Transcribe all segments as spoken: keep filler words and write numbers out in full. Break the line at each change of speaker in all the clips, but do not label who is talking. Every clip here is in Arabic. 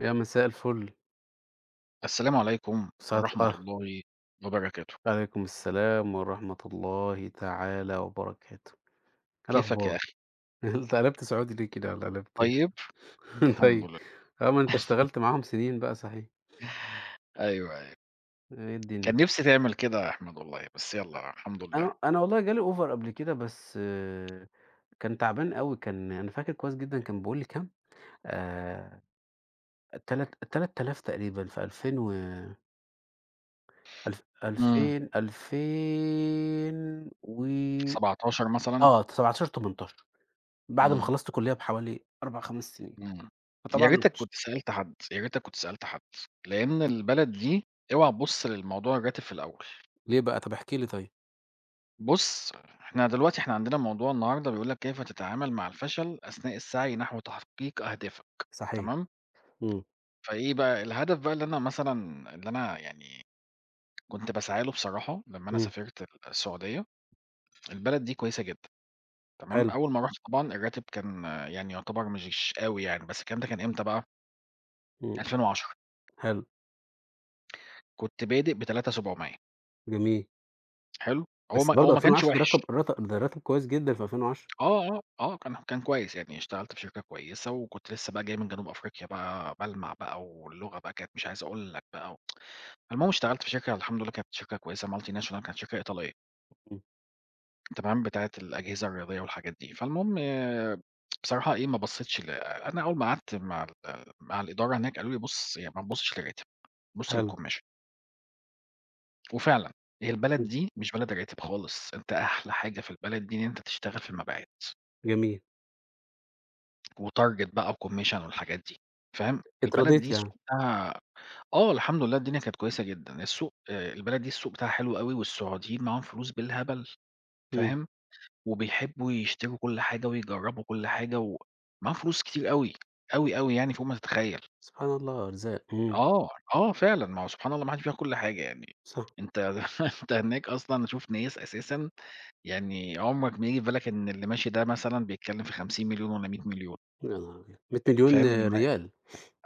يا مساء الفل،
السلام عليكم
ساعة
ورحمة
آه،
الله وبركاته.
عليكم السلام ورحمة الله تعالى وبركاته، إيه
كيفك يا
الأخبار؟
أخي؟
أنت قلبت سعودي ليه كده والّا قلبت إيه؟
طيب؟ الحمد
طيب،
لله.
آه، ما أنت اشتغلت معاهم سنين بقى صحيح،
أيوه، أيوه.
إيه الدنيا؟
كان نفسي تعمل كده يا أحمد والله، بس يالّا الحمد لله.
أنا أنا والله جالي offer قبل كده بس آه، كان تعبان أوي، كان أنا فاكر كويس جدًا كان بيقول لي كام، آآ، تلات تلاتة آلاف تقريبًا في ألفين و ألف
إمم.
ألفين، ألفين و
سبعة عشر مثلًا؟
آه، سبعتاشر، تمنتاشر. بعد ما
إمم،
خلصت كلية بحوالي أربعة، خمس سنين،
إمم. يا
فطبعًا أنا ما
ريتك
كنتش.
كنت سألت حد، يا ريتك كنت سألت حد، لإن البلد دي اوعى تبُص للموضوع الراتب في الأول.
ليه بقى؟ طب احكِ لي طيب.
بُص، إحنا دلوقتي إحنا عندنا موضوع النهارده بيقول لك كيف تتعامل مع الفشل أثناء السعي نحو تحقيق أهدافك،
صحيح.
تمام؟
إمم،
فإيه بقى، الهدف بقى اللي أنا مثلًا اللي أنا يعني كنت باسعى له بصراحة لمّا أنا
إمم،
سافرت ال السعودية، البلد دي كويسة جدًا تمام.
حلو،
أول ما رُحت طبعًا الراتب كان آه، يعني يعتبر مش أوي يعني، بس الكلام ده كان إمتى بقى،
إمم،
ألفين وعشرة،
حلو،
كنت بادئ بتلاتة آلاف وسبعمية.
جميل،
حلو، هو
بس
ما
برضه
هو ما كانش
ألفين وعشرة ده رقم
وِحِش.
رت ده راتب كويس جدًا في ألفين وعشرة،
آه، آه، آه، كان كان كويس، يعني اشتغلت في شركة كويسة وكنت لسه بقى جاي من جنوب أفريقيا بقى بالمع بقى واللغة بقى كانت مش عايز أقول لك بقى. المهم اشتغلت في شركة، الحمد لله كانت شركة كويسة multinational، كانت شركة إيطالية.
إمم،
تمام، بتاعة الأجهزة الرياضية والحاجات دي. فالمهم آه، بصراحة إيه ما بصيتش ل أنا أول ما قعدت مع ال مع الإدارة هناك قالوا لي: "بُص، يعني ما تبصش للراتب، بُص
حلو،
للكوميشن." وفعلًا هي البلد
إمم،
دي مش بلد الراتب خالص، أنت أحلى حاجة في البلد دي إن أنت تشتغل في المبيعات
جميل،
وتارجت بقى وكوميشن والحاجات دي،
ات
فاهم؟ البلد
اترضيت
دي
يعني،
السوق بتاعها آه، الحمد لله الدنيا كانت كويسة جدًا. السوق، آآ البلد دي السوق بتاعها حلو أوي، والسعوديين معاهم فلوس بالهبل،
إمم،
فاهم؟ وبيحبّوا يشتروا كل حاجة ويجرّبوا كل حاجة، ومعاهم فلوس كتير أوي، أوي، أوي، يعني فوق ما تتخيّل.
سبحان الله أرزاق، إمم،
آه، آه فعلًا، ما هو سبحان الله ما حدّش بياخد كل حاجة يعني.
صح،
أنت أنت هناك أصلًا هتشوف ناس، أساسًا يعني عُمرك ما ييجي في بالك إن اللي ماشي ده مثلًا بيتكلّم في خمسين مليون والّا مئة مليون.
يا نهار أبيض!
فاهم؟
مية مليون
الم
ريال،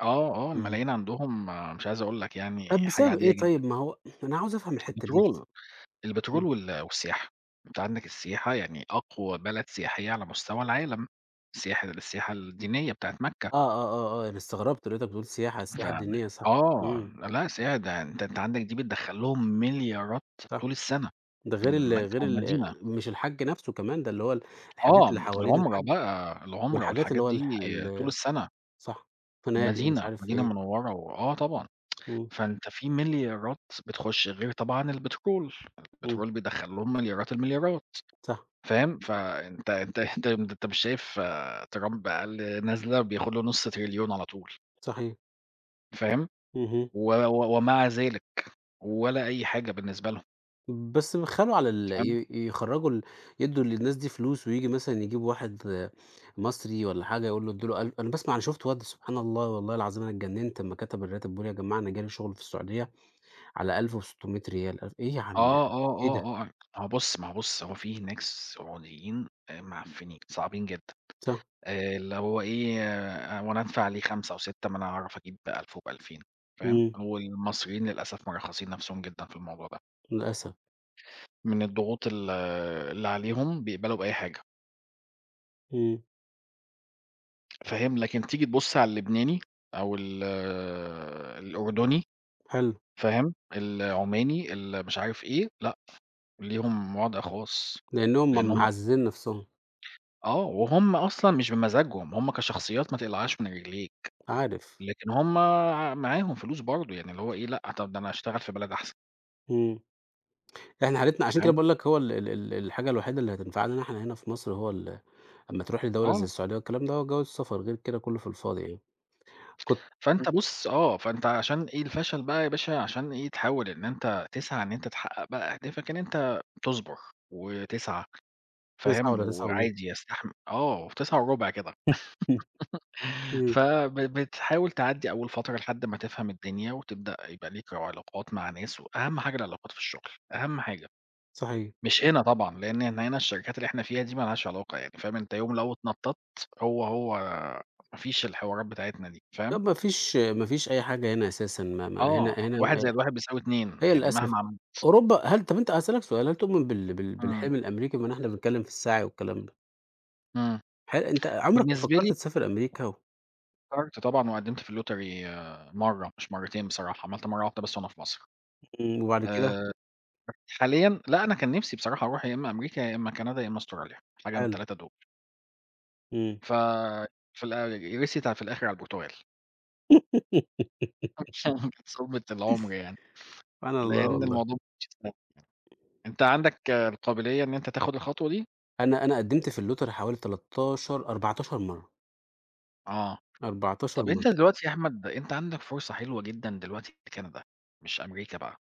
آه، آه،
إمم،
الملايين عندهم آه، مش عايز أقول لك، يعني
طب
حاجة
بسبب إيه
عادية جدًا.
طيب؟ ما هو أنا عاوز أفهم الحتة دي بس،
البترول. البترول
إمم،
وال والسياحة. أنت عندك السياحة، يعني أقوى بلد سياحية على مستوى العالم، السياحة السياحة الدينية بتاعة مكة.
آه، آه، آه، آه، أنا استغربت لقيتك بتقول سياحة،
ف
السياحة
إمم.
الدينية صح،
آه،
إمم،
لأ سياحة ده أنت أنت عندك دي بتدخّل لهم مليارات
صح.
طول السنة
ده غير
من
ال
مكة
غير ال
والمدينة.
مش الحَج نَفْسه كمان، ده اللي هو ال الحاجات اللي
آه،
حوالين
العُمرة
الحَج،
بقى، العُمرة
والحاجات اللي
والحاجات
هو الح
دي طول
ال
السنة،
صح، فنادق مش
المدينة،
عارف
المدينة
إيه،
المنورة، وآه طبعًا.
إمم،
فأنت في مليارات بتخش، غير طبعًا البترول،
إمم،
البترول بيدخّل لهم مليارات المليارات.
صح،
فاهم؟ فأنت أنت أنت أنت مش شايف آه، ترامب أقل نازلة بياخد له نُص تريليون على طول،
صحيح،
فاهم؟
اهم،
و و ومع ذلك ولا أي حاجة بالنسبة لهم،
بس بيبخّلوا على ال
فاهم؟
ي يخرّجوا ال يدّوا للناس دي فلوس، وييجي مثلًا يجيب واحد مصري والّا حاجة يقول له ادّوا له أل أنا باسمع أنا شُفت واد سبحان الله والله العظيم أنا اتجنّنت أمّا كتب الراتب بيقول يا جماعة أنا جالي شُغل في السعودية على ألف وستمية دولار. ألف إيه يا عم ده،
آه، آه،
إيه
آه،
ده؟
آه، آه. ما هو بُص، ما هو بُص هو في هناك سعوديين آآ معفنين، صعبين جدًا.
صح،
آآ اللي هو إيه، هو أنا أدفع عليه خمسة أو ستة، ما أنا هاعرف أجيب بألف وبألفين. فاهم؟
إمم،
والمصريين للأسف مرخصين نفسهم جدًا في الموضوع ده،
للأسف،
من الضغوط ال اللي عليهم بيقبلوا بأي حاجة.
إمم،
فاهم، لكن تيجي تبُص على اللبناني أو ال الأردني،
حلو.
فاهم، العماني ال مش عارف إيه، لأ، ليهم وضع خاص،
لإنّهم
لإن
م
هُم
معزّزين نَفْسهم،
آه، وهُم أصلًا مش بمزاجهم، هُم كشخصيات ما تقلعهاش من رجليك،
عارف،
لكن هُم ع معاهم فلوس برضه، يعني اللي هو إيه، لأ، طَب ده أنا هاشتغل في بلد أحسن،
إمم، إحنا حالتنا عشان كده
فاهم.
باقول لك هو ال ال ال الحاجة الوحيدة اللي هتنفعنا إن إحنا هنا في مصر هو ال أمّا تروح لدولة زي
آه،
السعودية والكلام ده هو جواز السفر، غير كده كلّه في الفاضي يعني، كنت
فأنت بُص، آه، فأنت عشان إيه الفشل بقى يا باشا، عشان إيه تحاول إن أنت تسعى، إن أنت تحقق بقى أهدافك، إن أنت تصبر وتسعى.
تسعة
فاهم،
والّا تسعة ونص
وعادي يستحم آه، في تسعة وربع كده.
إمم،
فب بتحاول تعدّي أول فترة لحد ما تفهم الدنيا، وتبدأ يبقى ليك علاقات مع ناس، وأهم حاجة العلاقات في الشغل، أهم حاجة.
صحيح،
مش هنا طبعًا، لإن هنا هنا الشركات اللي إحنا فيها دي ما لهاش علاقة يعني، فاهم، أنت يوم لو اتنططت هو، هو ما فيش الحوارات بتاعتنا دي، فاهم،
طَب ما فيش ما فيش أي حاجة هنا أساسًا ما ما هنا
آه،
هنا آآ،
واحد زائد واحد بيساوي اتنين
هي
يعني
للأسف
مهما عملت.
أوروبا. هل طَب أنت هاسألك سؤال، هل تؤمن بال بال
إمم،
بالحلم الأمريكي؟ بما إن إحنا بنتكلّم في السعي والكلام ده،
إمم.
هل أنت عمرك ما
بالنسبة لي
فكّرت تسافر أمريكا و
فكرت طبعًا وقدّمت في الlottery مرّة، مش مرّتين بصراحة، عملت مرّة واحدة بس وأنا في مصر.
إمم، وبعد كده
آآ حاليًا لأ، أنا كان نِفْسي بصراحة أروح يا إمّا أمريكا، يا إمّا كندا، يا إمّا أستراليا، حاجة من
حلو،
ال3 دول.
إمم.
ف في الآ رسيت ع في الآخر على البرتغال. كانت صدمة العمر يعني،
سبحان الله
لإن
والله.
الموضوع ما كانش سهل. أنت عندك القابلية إن أنت تاخُد الخطوة دي؟
أنا أنا قدّمت في اللوتري حوالي تلاتطاشر أربعتاشر مرّة،
آه.
أربعتاشر
طَب
مرّة.
أنت دلوقتي يا أحمد، أنت عندك فرصة حلوة جدًا دلوقتي في كندا، مش أمريكا بقى.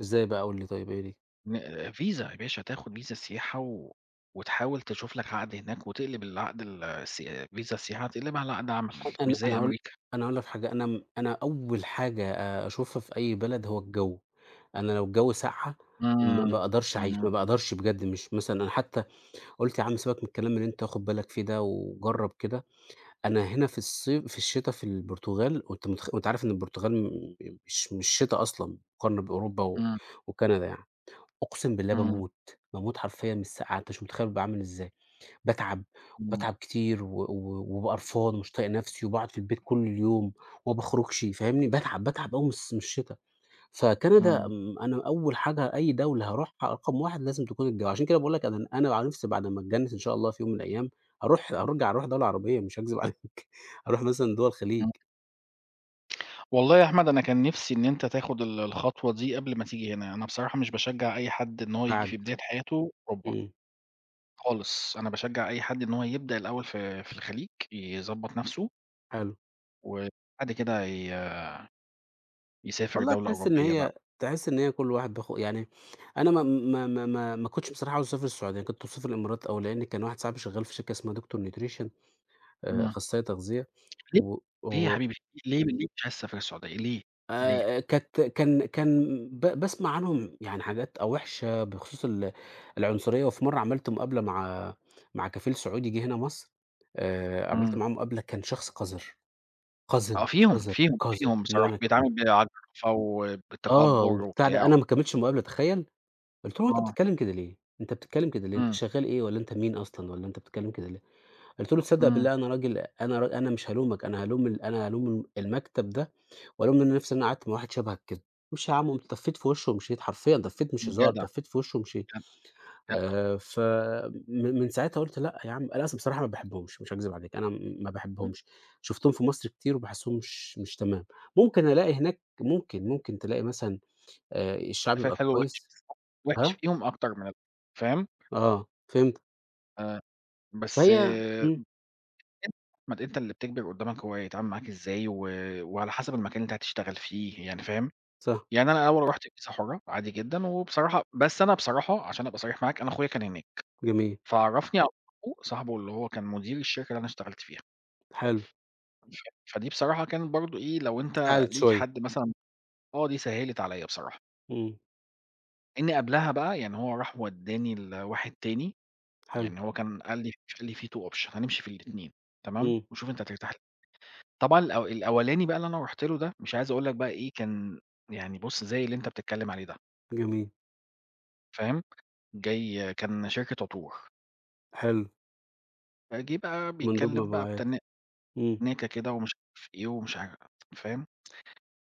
إزاي بقى قُل لي طيب إيه دي؟
ن فيزا يا باشا، تاخُد فيزا سياحة و وتحاول تشوف لك عقد هناك وتقلب العقد ال الس فيزا السياحة تقلبها على عقد عمل،
أ أنا
مش
أنا
زي
هاقول
أمريكا.
أنا هاقول لك حاجة، أنا م أنا أول حاجة أ أشوفها في أي بلد هو الجَو. أنا لو الجَو ساقعة ما ما
إمم.
أقدرش أعيش،
إمم.
ما باقدرش بجد. مش مثلًا أنا حتى قُلت يا عم سيبك من الكلام اللي أنت واخد بالك فيه ده وجرّب كده. أنا هنا في الصي في الشتا في البرتغال وأنت متخ وأنت عارف إن البرتغال م مش مش شتا أصلًا مقارنة بأوروبا و
إمم،
وكندا يعني. أقسم بالله
إمم،
باموت، باموت حرفيًا من السقعة، أنت مش متخيّل بابقى عامل إزاي، باتعب
إمم،
وباتعب كتير و و وبابقى قرفان ومش طايق نفسي وباقعد في البيت كل اليوم وما باخرجش فاهمني، باتعب، باتعب أوي من الص من الشتا، فكندا
إمم،
آمم، أنا أول حاجة أي دولة هاروحها رقم واحد لازم تكون الجو، عشان كده باقول لك أنا أنا على نفسي بعد ما أتجنِّس إن شاء الله في يوم من الأيام هاروح هارجع أروح دولة عربية مش هاكذب عليك، هاروح مثلًا دول الخليج
إمم. والله يا أحمد أنا كان نفسي إن أنت تاخد ال الخطوة دي قبل ما تيجي هنا. أنا بصراحة مش باشجّع أي حد إن هو ييجي
بعد.
في بداية حياته أوروبا
إمم،
خالص، أنا باشجّع أي حد إن هو يبدأ الأول في في الخليج، يضبّط نَفْسه
حلو.
وبعد كده ي يسافر
والله
دولة
تحس إن
أوروبية
هي
بقى.
تحس إن هي كل واحد بياخ يعني أنا ما ما ما ما ما كنتش بصراحة عاوز أسافر السعودية، يعني كنت مسافر الإمارات أو لإن كان واحد صاحبي شغال في شركة اسمها دكتور نيوتريشن آآ،
إمم.
أخصائي تغذية
ليه؟
و
ليه يا
و
حبيبي، ليه ليه مش عايز تسافر السعودية، ليه، ليه؟
آآ، كانت كان كان ب باسمع عنهم يعني حاجات وِحشة بخصوص ال العنصرية، وفي مرّة عملت مقابلة مع مع كفيل سعودي جِه هنا مصر. آآ، عملت
إمم.
معاه مقابلة كان شخص قذر، قذر،
آه فيهم،
قذر،
فيهم،
قذر
فيهم، بصراحة
بمعنى الكلمة.
بيتعامل بعجرفة
آه،
وبتكبُّر
وبتاع ده
وبتاع.
أنا ما كمّلتش المقابلة تخيّل! قُلت له: "هو أنت
آه،
بتتكلم كده ليه؟ أنت بتتكلم كده ليه؟ أنت
إمم،
شغال إيه والّا أنت مين أصلًا والّا أنت بتتكلم كده ليه؟" قُلت له: "تصدق
إمم.
بالله أنا راجل أنا ر أنا مش هالومك، أنا هالوم ال أنا هالوم المكتب ده وألوم إن أنا نفسي إن أنا قعدت مع واحد شبهك كده." "ماشي يا عم." قُمت طفّيت في وشه ومشيت، حرفيًا طفّيت مش هزار،
جدع،
طفّيت في وشه ومشيت.
جدع، جدع.
آآ ف من من ساعتها قُلت لأ يا عم أنا أصلًا بصراحة ما باحبهمش، مش هاكذب عليك، أنا م- ما
إمم،
باحبهمش. شُفتهم في مصر كتير وباحسّهم مش مش تمام. ممكن ألاقي هناك ممكن، ممكن تلاقي مثلًا آآ الشعب
أنا فاهم
يبقى
حلو ووحش،
كويس.
بس هو الوحش
ها؟
فيهم أكتر من ال فاهم؟
آه، فهمت.
آآ بس
فهي إمم،
أنت، أحمد أنت اللي بتجبر قدّامك هو يتعامل معاك إزاي و وعلى حسب المكان اللي أنت هتشتغل فيه يعني، فاهم؟
صح،
يعني أنا أول رُحت الكيسة حُرّة عادي جدًا، وبصراحة بس أنا بصراحة عشان أبقى صريح معاك، أنا أخويا كان هناك،
جميل،
فعرّفني على صاحبه، صاحبه اللي هو كان مدير الشركة اللي أنا اشتغلت فيها.
حلو،
ف فدي بصراحة كانت برضه إيه، لو أنت
ساعدِت
ليك
شوية،
حد مثلًا، آه، دي سهّلِت عليّا بصراحة،
إمم،
إن قبلها بقى يعني هو راح ودّاني لواحد تاني،
حلو،
يعني هو كان قال لي، قال لي في two option هنمشي في الاتنين، تمام،
إمم،
وشوف أنت هترتاح ل. طبعًا الأو الأولاني بقى اللي أنا رُحت له ده مش عايز أقول لك بقى إيه كان، يعني بُص زي اللي أنت بتتكلم عليه ده،
جميل،
فاهم، جاي كان شركة عطور،
حلو،
فجه بقى
مندوب
بيتكلم بقى
مبيعات،
بتنا
إمم،
تناكة كده ومش عارف إيه ومش عارف، فاهم،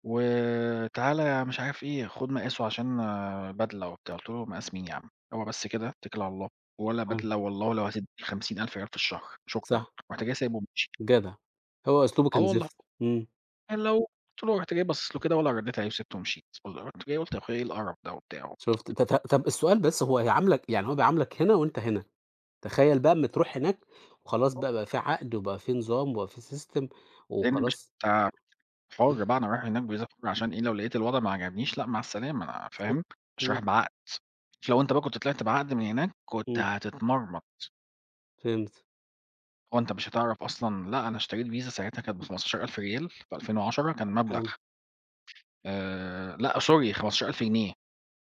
وتعالَ يا مش عارف إيه خد مقاسه عشان آه، بدلة وبتاع. قُلت له مقاس مين يا عم؟ هو بس كده اتكل على الله، ولا
حلو،
بدلة والله لو هتدّيني خمسين ألف ريال في الشهر شكرًا.
صح،
رُحت جاي سايبه وماشي.
جدع، هو أسلوبه
آه
كان
والله.
زفت، إمم،
يعني لو قلت له، رُحت جاي باصص له كده ولا ردّيت عليه وسِبته ومشيت، رُحت جاي قُلت يا أخويا إيه القرف ده وبتاع.
شُفت ط ط طب السؤال بس هو هيعاملك يعني هو بيعاملك هنا وأنت هنا، تخيل بقى أمّا تروح هناك وخلاص بقى بقى في عقد وبقى في نظام وبقى في system
لإن مش،
وخلاص.
أنت
إمم،
حُر بقى، أنا رايح هناك بفيزا حُر، عشان إيه لو لقيت الوضع ما عجبنيش لأ مع السلامة، أنا
صح،
فاهم، مش رايح
إمم،
بعقد. لو أنت بقى كنت طلعت بعقد من هناك كنت
إمم،
هتتمرمط.
فهمت،
هو أنت مش هتعرف أصلًا، لأ أنا اشتريت فيزا ساعتها كانت بخمستاشر ألف ريال في ألفين وعشرة، كان مبلغ.
حلو،
آآ لأ sorry، خمستاشر ألف جنيه،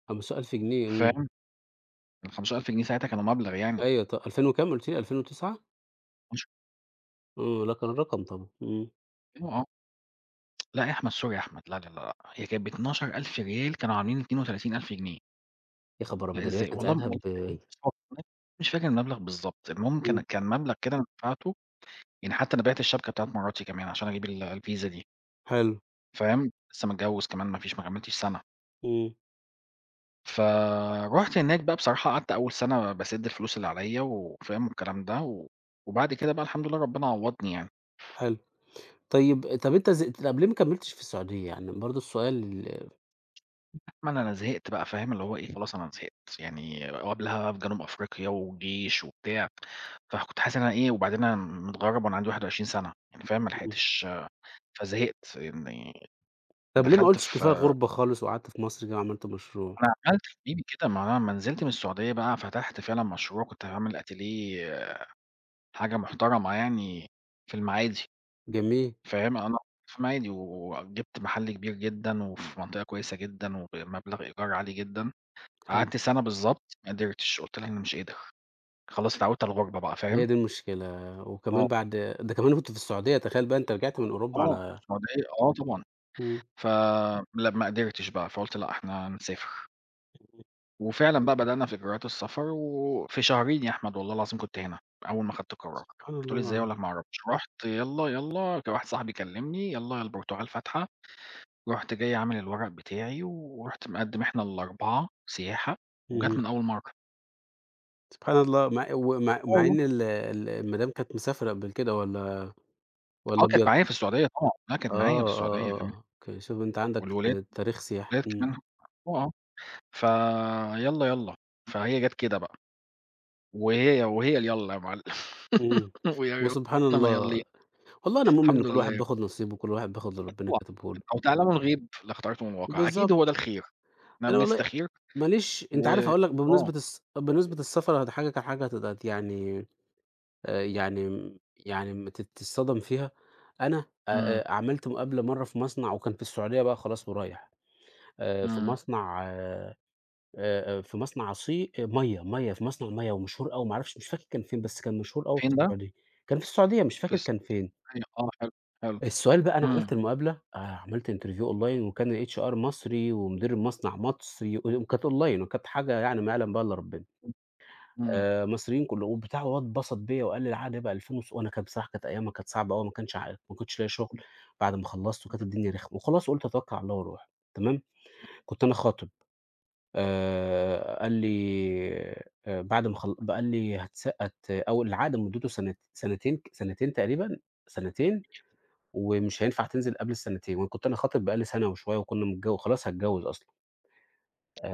طب السؤال في جنيه، إمم،
فاهم، الخمستاشر ألف جنيه ساعتها كانوا مبلغ يعني.
أيوه ط ألفين وكام قُلت لي ألفين وتسعة؟
مش-
آه، لأ كان الرقم طبعًا، إمم.
اه آه. لأ يا أحمد، سوري يا أحمد، لا، لا، لا، لأ، هي كانت باتناشر ألف ريال، كانوا عاملين اتنين وتلاتين ألف جنيه.
يا خبر
لأ
أبيض! الريال
إزاي؟
كان
والله
ساعتها
م
ب.
مش فاكر المبلغ بالضبط، المهم
إمم،
كان كان مبلغ كده أنا دفعته. يعني حتى أنا بِعت الشبكة بتاعة مراتي كمان عشان أجيب ال الفيزا دي،
حلو،
فاهم؟ لسه متجوز كمان ما فيش، ما كمّلتش سَنة.
إمم،
فرُحت هناك بقى بصراحة، قعدت أول سَنة باسِد الفلوس اللي عليَّ وفاهم والكلام ده، و وبعد كده بقى الحمد لله ربنا عوّضني يعني.
حلو. طيب طب أنت ز طب ليه ما كمّلتش في السعودية؟ يعني برضه السؤال ال
ما أنا أنا زهقت بقى، فاهم، اللي هو إيه، خلاص أنا زهقت، يعني وقبلها في جنوب أفريقيا وجيش وبتاع. فكنت حاسس إن أنا إيه، وبعدين أنا متغرّب وأنا عندي واحد وعشرين سَنة، يعني فاهم، ما
إمم.
لحقتش فزهقت، يعني
طب ليه ما
دخلت
قُلتش كفاية
في،
غُربة خالص وقعدت في مصر كده وعملت مشروع؟
أنا عملت في إيدي كده، ما أنا أمّا نزلت من السعودية بقى فتحت فعلًا مشروع، كنت هاعمل أتيليه، حاجة محترمة يعني في المعادي.
جميل،
فاهم، أنا في المعادي وجِبت محل كبير جدًا وفي منطقة كويسة جدًا وبمبلغ إيجار عالي جدًا.
حلو.
قعدت سَنة بالضبط ما قدرتش، قُلت لها أنا مش قادر. خلاص اتعودت على الغُربة بقى،
هي
فاهم؟
دي المشكلة وكمان
آه،
بعد ده كمان كنت في السعودية، تخيّل بقى أنت رجعت من أوروبا
آه.
على
السعودية آه طبعًا.
إمم.
فلأ ما قدرتش بقى، فقُلت لأ إحنا نسافر. وفعلًا بقى بدأنا في إجراءات السفر وفي شهرين يا أحمد والله العظيم كنت هنا، أول ما خدت القرار.
سبحان
هتقول لي إزاي،
الله،
أقول لك ما أعرفش، رُحت يالّا، يالّا، كان واحد صاحبي كلمني يالّا يا البرتغال فاتحة، رُحت جاي عامل الورق بتاعي ورُحت مقدّم، إحنا الأربعة سياحة، وجات
اهم،
من أول مرّة.
سبحان الله مع ومع
آه
مع
والله.
إن ال ال المدام كانت مسافرة قبل كده والّا
آه
والّا
كانت
أبيض؟
معايا في السعودية طبعًا، لأ كانت
آه،
معايا في
آه،
السعودية
آه،
كمان
آه، أوكي، شوف أنت عندك
والولاد،
ت تاريخ سياحي،
الولاد
إمم.
كمان. آه، آه. فيالّا، يالّا، فهي جات كده بقى. وهي وهي اليالّا يا معلم
إمم.
ويا
وسبحان
إنما
الله،
يالّين.
والله أنا مؤمن إن
الحمد
كل واحد
لله،
بياخد نصيبه، وكل واحد بياخد اللي ربنا
أتوقع
كاتبه له.
يعني، أو تعلموا الغيب لاخترتم الواقع، أكيد هو ده
بالضبط.
الخير، إحنا
أنا والله
بنستخير.
ما ليش أنت
و
عارف هاقول لك بمناسبة
آه،
الس بمناسبة السفر هاضحكك على حاجة هت يعني آآ يعني م يعني م ت تتصدم فيها. أنا
إمم،
آآ عملت مقابلة مرّة في مصنع وكان في السعودية بقى خلاص ورايح، آآ في
إمم.
مصنع آآ آآ في مصنع عصي مَيّة، مَيّة، في مصنع مَيّة ومشهور أوي ما أعرفش مش فاكر كان فين، بس كان مشهور أوي في
فين ده؟
السعودية. كان في السعودية مش
في
فاكر
الس
كان
في
فين.
أيوه، آه حلو، حلو،
السؤال بقى أنا
إمم،
عملت المقابلة، آآ عملت interview online وكان الHR مصري ومدير المصنع مصري وكانت online وكانت حاجة يعني ما يعلم بها إلا ربنا،
إمم، إمم،
آآ مصريين كلهم وبتاع وهو اتبسط بيّا وقال لي العقد هيبقى ألفين وص وأنا كانت بصراحة كانت أيامها كانت صعبة أوي ما كانش ع ما كنتش لاقي شغل بعد ما خلّصت وكانت
إمم،
الدنيا رخمة، وخلاص قُلت أتوكّل على الله وأروح، تمام، كنت أنا خاطب. آآ قال لي آآ بعد ما خل قال لي هتس هت أو العقد مدته سنت سنتين ك سنتين تقريبًا، سنتين ومش هينفع تنزل قبل السنتين، وأنا كنت أنا خاطب بقى لي سنة وشوية وكنا متجو خلاص هاتجوّز أصلًا،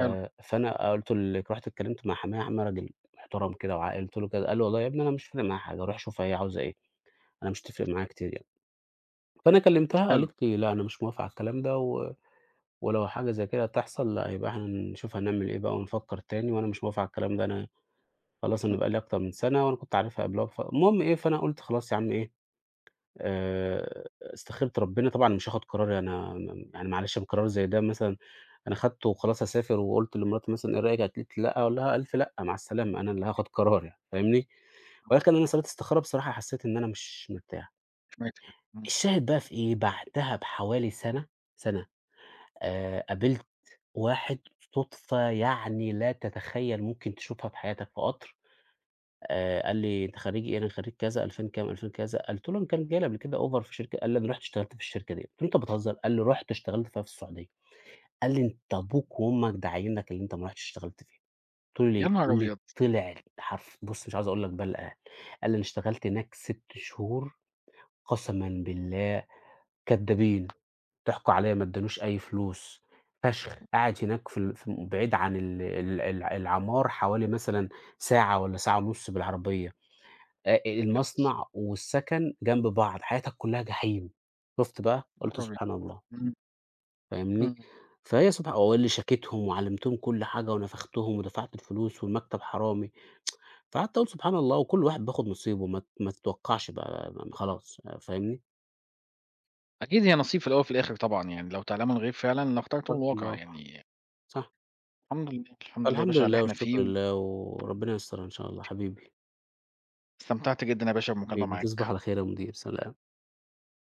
حلو،
فأنا قلت ل رُحت اتكلمت مع حماية، حماية راجل محترم كده وعاقل، قلت له كده، قال لي: "والله يا ابني أنا مش فارق معايا حاجة، روح شوف هي عاوزة إيه، أنا مش هتفرق معايا كتير يعني." فأنا كلمتها
حلو،
قالت لي: "لأ، أنا مش موافقة على الكلام ده و ولو حاجة زي كده هتحصل، لأ، يبقى إحنا نشوف هنعمل إيه بقى ونفكّر تاني، وأنا مش موافقة على الكلام ده، أنا خلاص أنا
إمم.
بقى لي أكتر من سنة وأنا كنت عارفها قبلها بف" المهم إيه، فأنا قلت خلاص يا عم إيه. آآ استخيرت ربنا، طبعًا مش هاخد قرار أنا م يعني معلش قرار زي ده مثلًا أنا خدته وخلاص هاسافر وقُلت لمراتي مثلًا إيه رأيِك قالت لي: "لأ." هاقول لها ألف لأ، مع السلامة، أنا اللي هاخد قرار يعني فاهمني؟ ولكن أنا صليت استخارة بصراحة حسيت إن أنا مش مرتاح.
مش ميت. إمم،
الشاهد بقى في إيه، بعدها بحوالي سَنة، سَنة آآ قابلت واحد صُدفة يعني لا تتخيل ممكن تشوفها في حياتك في قطر. آآ قال لي: "أنت خريج إيه؟" "أنا خريج كذا، ألفين كام، ألفين كذا." قلت له: "أنا كان جاي لي قبل كده offer في شركة" قال لي: "أنا رُحت اشتغلت في الشركة دي." قلت له: "أنت بتهزر؟" قال لي: "رُحت اشتغلت فيها في السعودية." قال لي: "أنت أبوك وأمك داعينّك اللي أنت ما رُحتش اشتغلت فيها." قلت له: "ليه؟"
يا نهار
قال لي:
أبيض!
"طلع حرف" بُص مش عاوز أقول لك بقى اللي قالها، قال لي: "أنا اشتغلت هناك ستة شهور قسمًا بالله كدابين، ضحكوا عليّا ما ادّانوش أي فلوس، فشخ." قاعد هناك في ال في بعيد عن ال ال الع العمار حوالي مثلًا ساعة والّا ساعة ونُص بالعربية. آآ
أبيض،
المصنع والسكن جنب بعض، حياتك كلّها جحيم. شُفت بقى؟
يا
قُلت
نهار أبيض!
سبحان الله،
إمم،
فاهمني؟
إمم.
فهي سبحا هو اللي شاكِتهم وعلّمتهم كل حاجة ونفختهم ودفعت الفلوس والمكتب حرامي، فقعدت أقول سبحان الله وكل واحد بياخد نصيبه ما ت ما تتوقّعش بقى م خلاص آآ فاهمني؟
أكيد هي نصيب في الأول وفي الآخر طبعًا يعني، لو تعلموا الغيب فعلًا لاخترتم
خلت من
الواقع
الواقع.
يعني.
صح.
الحمد لله، الحمد لله يا
فالحمد
باشا على اللي
لله
إحنا
والشكر
فيه.
لله وربنا ييسّرها إن شاء الله حبيبي،
واستمتعت جدًا يا باشا بالمكالمة
حبيبي
معاك.
تصبح على خير يا مدير، سلا